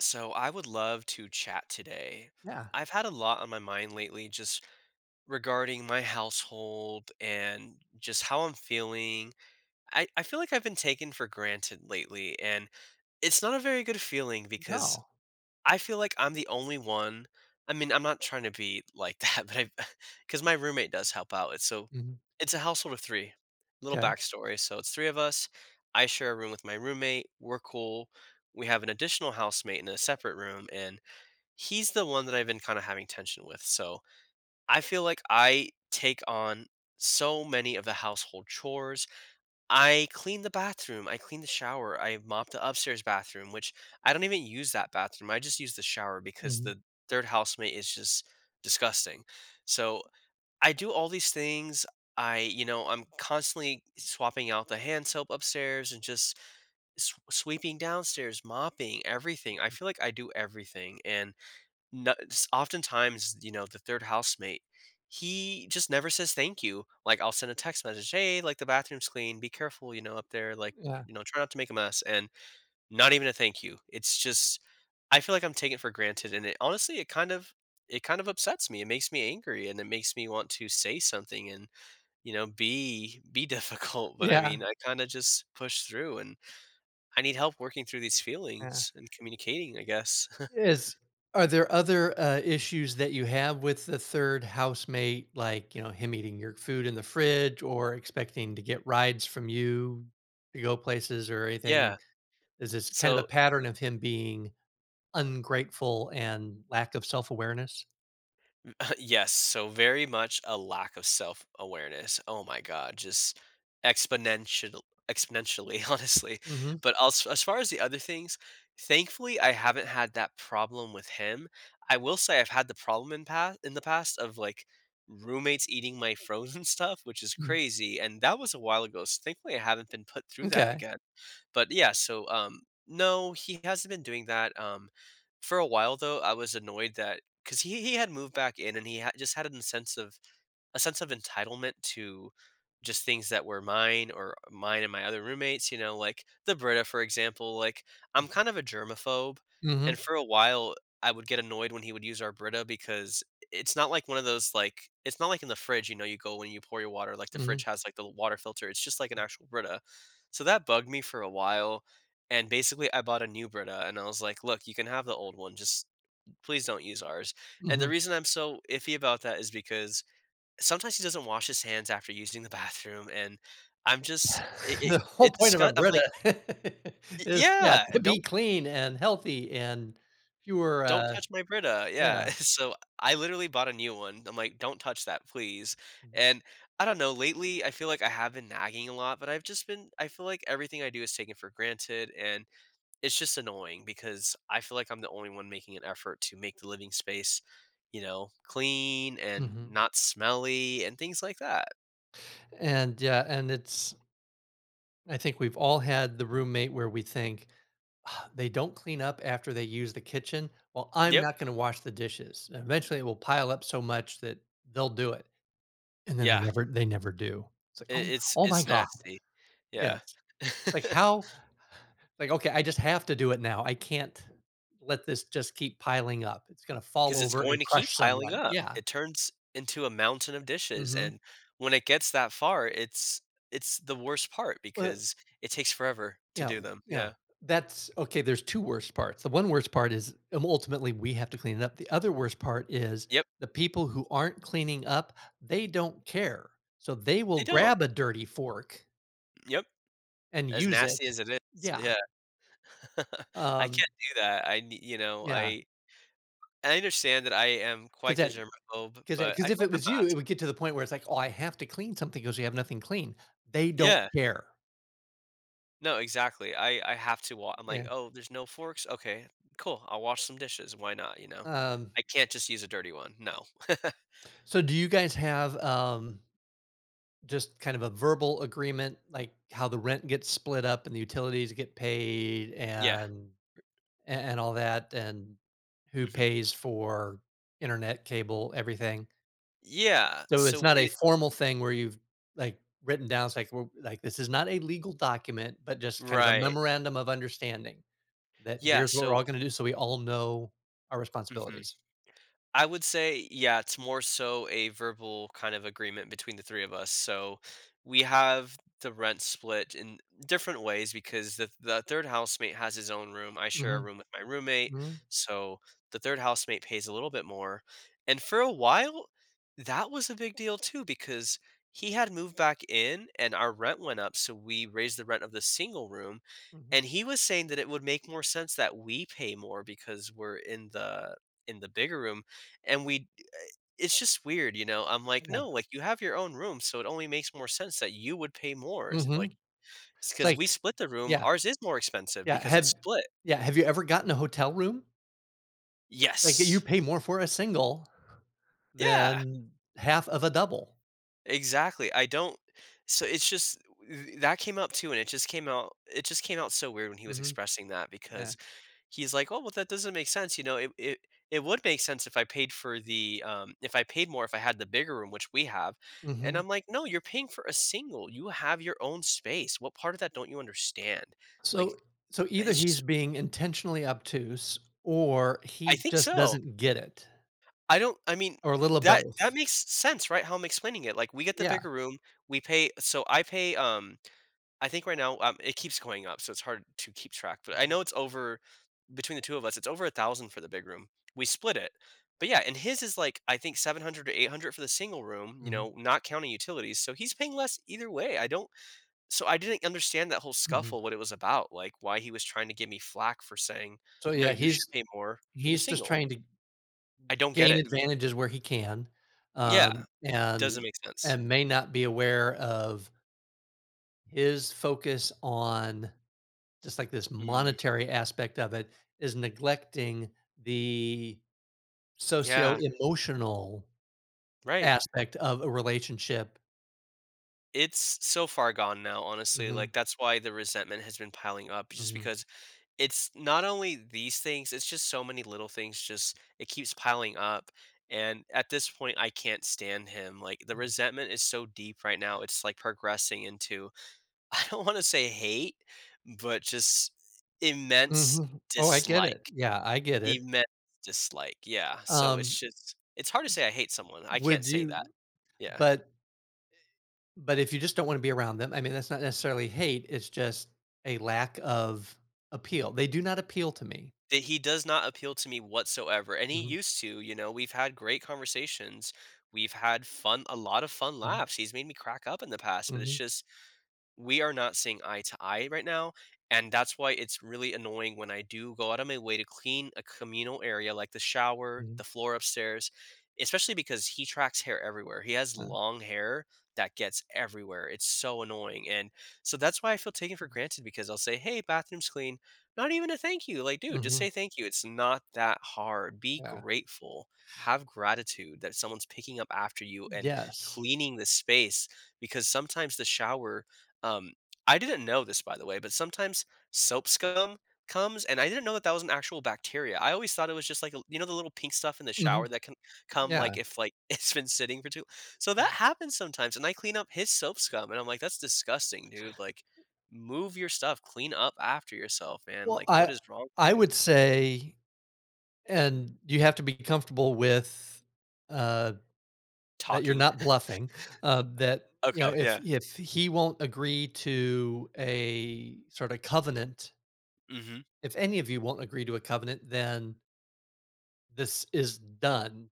So I would love to chat today. Yeah. I've had a lot on my mind lately just regarding my household and just how I'm feeling. I feel like I've been taken for granted lately, and it's not a very good feeling because No. I feel like I'm the only one. I mean, I'm not trying to be like that, but I, because my roommate does help out. It's so, Mhm. it's a household of three. Little Okay. 'Kay. backstory. So it's three of us. I share a room with my roommate. We're cool, we have an additional housemate in a separate room, and he's the one that I've been kind of having tension with. So I feel like I take on so many of the household chores. I clean the bathroom, I clean the shower, I mop the upstairs bathroom, which I don't even use that bathroom. I just use the shower because Mhm. the third housemate is just disgusting. So I do all these things. I'm constantly swapping out the hand soap upstairs and just sweeping downstairs, mopping everything. I feel like I do everything. And no s oftentimes, the 3rd housemate, he just never says thank you. Like, I'll send a text message, "Hey, like, the bathroom's clean. Be careful, up there. Like, Yeah. Try not to make a mess," and not even a thank you. It's just I feel like I'm taking it for granted, and it honestly, it kind of upsets me. It makes me angry, and it makes me want to say something and, be difficult, but, I Yeah. mean, I kinda just push through, and I need help working through these Yeah. feelings and communicating, I guess. Is are there other, issues that you have with the 3rd housemate, like, him eating your food in the fridge or expecting to get rides from you to go places or Yeah. anything? Is this kind of a So pattern of him being ungrateful and lack of self-awareness? Yes, so very much a lack of self-awareness. Oh my god, just exponential exponentially, honestly. Mhm. But als as far as the other things, thankfully I haven't had that problem with him. I will say I've had the problem in the past of like roommates eating my frozen stuff, which is Mhm. crazy, and that was a while ago. So thankfully I haven't been put through that M'kay. again. But yeah, so no, he hasn't been doing that. For a while though, I was annoyed that because he had moved back in and he just had a sense of entitlement to just things that were mine or mine and my other roommates, you know, like the Brita, for example. Like, I'm Mhm. kind of a germaphobe. Mhm. And for a while, I would get annoyed when he would use our Brita because it's not like one of those, like, it's not like in the fridge, you know, you go when you pour your water, like the fridge Mhm. has like the water filter. It's just like an actual Brita. So that bugged me for a while. And basically, I bought a new Brita and I was like, look, you can have the old one. Just please don't use ours. And the Mhm. reason I'm so iffy about that is because sometimes he doesn't wash his hands after using the bathroom, and I'm just it it The whole it point of a disgu I'm like, Brita "Y is, yeah, Yeah, to be clean and healthy and fewer, don't touch my Brita." yeah. Yeah, so I literally bought a new one. I'm like, "Don't touch that, please." Mhm, And I don't know, lately, I feel like I have been nagging a lot, but I've just been I feel like everything I do is taken for granted, and it's just annoying because I feel like I'm the only one making an effort to make the living space, you know, clean and mhm. not smelly and things like that. And, yeah, and it's I think we've all had the roommate where we think, "Ah, they don't clean up after they use the kitchen. Well, I'm Yep. not gonna wash the dishes." And eventually, it will pile up so much that they'll do it, and then they Yeah. never do. It's like, I "Oh, it's my it's god." nasty. Yes. Yeah. Like, how Like, okay, I just have to do it now. I can't let this just keep piling up. It's gonna fall Because it's over going and to keep crush piling someone. up. Yeah. It turns into a mountain of dishes, Mhm. and when it gets that far, it's the worst part Well, because it takes forever to yeah, do them. yeah. Yeah. that's okay, there's 2 worst parts. The one worst part is, ultimately, we have to clean it up. The other worst part is Yep. the people who aren't cleaning up, they don't care. So they will They don't. grab a dirty fork Yep. and As use nasty it. as it is. Yeah. Yeah. I Um, can't do that. I nee You know, yeah, I understand that I am 'cause quite the that germaphobe, 'Cause but I because feel if like it I'm was not you, it would asking. get to the point where it's like, "Oh, I have to clean something because you have nothing clean." They don't Yeah. care. No, exactly. I have to wa I'm like, Yeah, "Oh, there's no forks? Okay, cool. I'll wash some dishes. Why not?" You know? um, I can't just use a dirty one. No. so do you guys have, just kind of a verbal agreement, like how the rent gets split up and the utilities get paid Yeah. and a and all that, and who Mhm. pays for internet, cable, everything? Yeah. So it's So not a it formal thing where you've, like, written down, it's like, "Well," like, "this is not a legal document, but just kind of a Right. memorandum of understanding," that Yeah. here's what we're So all gonna do so we all know our Mhm. responsibilities. I would say, yeah, it's more so a verbal kind of agreement between the three of us. So we have the rent split in different ways because the third housemate has his own room. I share a Mhm, room with my roommate. mhm, So the third housemate pays a little bit more. And for a while, that was a big deal too because he had moved back in and our rent went up, so we raised the rent of the single room. mhm, And he was saying that it would make more sense that we pay more because we're in the bigger room and we it's just weird, you know? I'm like, yeah, "No, like, you have your own room, so it only makes more sense that you would pay more." It's like mhm. It's because like we split the room, Yeah, ours is more expensive yeah, because it's have split. yeah, have you ever gotten a hotel room? Like, you Yes. pay more for a single Yeah. than half of a double. Exactly, I don't so it's just that came up too, and it just came out it just came out so weird when he was Mhm, expressing that yeah, because he's like, "Oh, well, that doesn't make sense, you know, it it would make sense if I paid for the, if I paid more if I had the bigger room, which we have," and mhm. I'm like, "No, you're paying for a single, you have your own space, what part of that don't you understand?" Like, So so either it's he's just being intentionally obtuse or I he think just so. doesn't get it, I don't I mean, or a little of that both. makes sense, right, how I'm explaining it, like, we get the Yeah. bigger room, we pay so I pay, I think right now, it keeps going up, so it's hard to keep track. But I Mhm, know it's over between the two of us. It's over a thousand for the big room. We split it, but yeah, and his is like I think 700 or 800 for the single room. You mhm, know, not counting utilities, so he's paying less either way. I don't. So I didn't understand that whole mhm. scuffle, what it was about, like why he was trying to give me flack for saying So, no, yeah, you should pay more for the he's just single. trying to I don't get gain it. advantages where he can, Yeah, um, doesn't and make sense. and may not be aware of his focus on just like this Mm. monetary aspect of it is neglecting the Yeah, socio-emotional right. aspect of a relationship. It's so far gone now, honestly, like, Mhm, that's why the resentment has been piling up just mhm, because it's not only these things, it's just so many little things just it keeps piling up, and at this point, I can't stand him, like, the mhm, resentment is so deep right now, it's, like, progressing into I don't wanna say hate, but just immense mhm. Oh, I get it. dislike. Yeah, I get it. Immense dislike, yeah, so it's Um, just it's hard to say I hate someone, I can't would say that, you yeah. but but if you just don't wanna be around them, I mean, that's not necessarily hate, it's just a lack of appeal. They do not appeal to me. That he does not appeal to me whatsoever, and he Mhm, used to, you know, we've had great conversations, we've had fun, a lot of fun mhm, laughs, he's made me crack up in the past, but it's mhm, just we are not seeing eye to eye right now. And that's why it's really annoying when I do go out of my way to clean a communal area like the shower, mhm, the floor upstairs, especially because he tracks hair everywhere. He has uh, long hair that gets everywhere. It's so annoying. And so that's why I feel taken for granted because I'll say, hey, bathroom's clean. Not even a thank you. Like, dude, just mhm, say thank you. It's not that hard. Be yeah. grateful. Have gratitude that someone's picking up after you and Yes. cleaning the space because sometimes the shower, um, I didn't know this, by the way, but sometimes soap scum comes, and I didn't know that that was an actual bacteria. I always thought it was just like a, you know, the little pink stuff in the shower Mhm, that can come yeah. like if like it's been sitting for too. So that happens sometimes, and I clean up his soap scum, and I'm like, that's disgusting, dude. Like, move your stuff, clean up after yourself, man. Well, Like, what I is wrong with I you? would say, and you have to be comfortable with, uh, that you're Talking. not bluffing, that, you know, Okay, if yeah. He won't agree to a sort of covenant, Hmm. if any of you won't agree to a covenant, then this is done.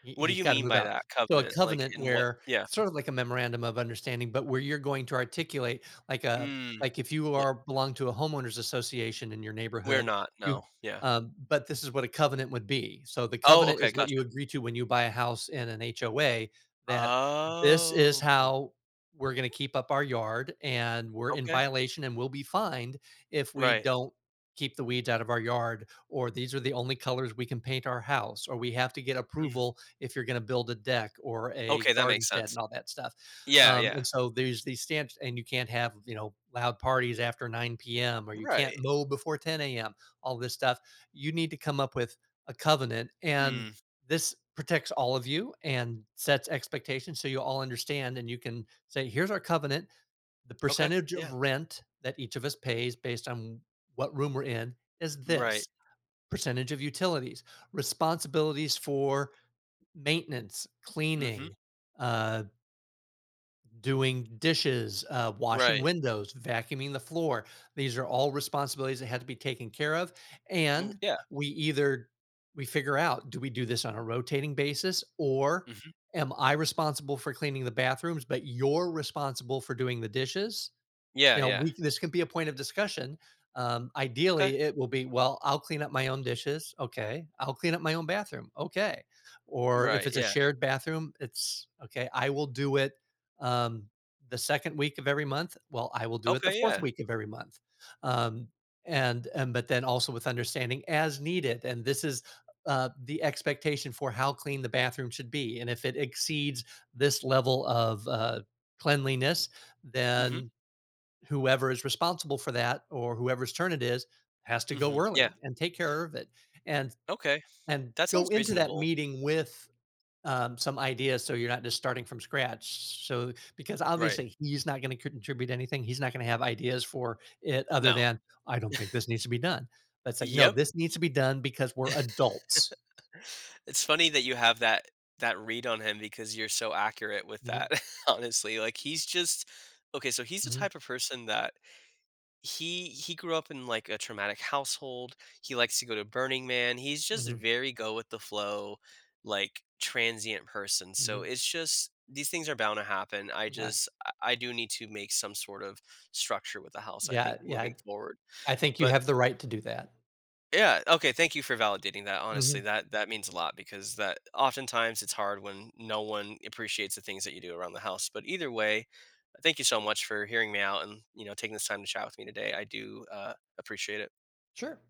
What do He's you gotta mean move by out. that So a covenant? Like, covenant, in what? where Yeah. sort of like a memorandum of understanding, but where you're going to articulate like a Mm, if you like, are belong to a homeowners association in your we're neighborhood, not. No. you Yeah. But this is what a covenant would be. So the Oh, covenant okay. is what you Gotcha. agree to when you buy a house in an HOA, that this Oh, is how we're gonna keep up our yard, and we're in okay. violation and we'll be fined if we Right. don't keep the weeds out of our yard, or these are the only colors we can paint our house, or we have to get Mm. approval if you're going to build a deck or a Okay, that garden makes shed sense. and all that stuff. Yeah, yeah. And so there's these standards, and you can't have, you know, loud parties after 9 p.m. or you can't Right. mow before 10 a.m. All this stuff. You need to come up with a covenant, and Mm. this protects all of you and sets expectations so you all understand and you can say, here's our covenant: the Okay. percentage of Yeah. rent that each of us pays based on what room we're in is Right. this percentage, of utilities, responsibilities for maintenance, Mhm. cleaning, uh, doing dishes, washing Right. windows, vacuuming the floor. These are all responsibilities that had to be taken care of, Mm, and yeah. we either we figure out, do we do this on a rotating basis, or Mhm. am I responsible for cleaning the bathrooms, but you're responsible for doing the dishes? Yeah, You know, yeah. we this can be a point of discussion. Okay. Ideally, it will be, well, I'll clean up my own dishes. Okay. I'll clean up my own bathroom. Okay. Or if Right, it's a yeah. shared bathroom, it's okay. I will do it um, the second week of every month. Well, I will do it the Okay, fourth yeah. week of every month. Um, and, but then also with understanding as needed. And this is the expectation for how clean the bathroom should be. And if it exceeds this level of cleanliness, Mhm. then whoever is responsible for that or whoever's turn it is has to go Mhm. Yeah. early and take care of it, and Okay. That go sounds into that reasonable. meeting with some ideas, so you're not just starting from scratch, so because Right. obviously he's not going to contribute anything, he's not going to have ideas for it other No. than, I don't think this needs to be done. But it's like, no, Yep. this needs to be done, because we're adults. It's funny that you have that read on him because you're so accurate with hmm that, honestly. Like, he's just okay, so he's the hmm type of person that he grew up in, like, a traumatic household, he likes to go to Burning Man, he's just hmm very go with the flow, like, transient person, so hmm it's just these things are bound to happen, I yeah, just I do need to make some sort of structure with the house, I think, yeah, moving forward, I think you but have the right to do that. yeah, okay, thank you for validating that, honestly, hmm that that means a lot because that oftentimes it's hard when no one appreciates the things that you do around the house, but either way, thank you so much for hearing me out and, you know, taking this time to chat with me today, I do, appreciate it. sure.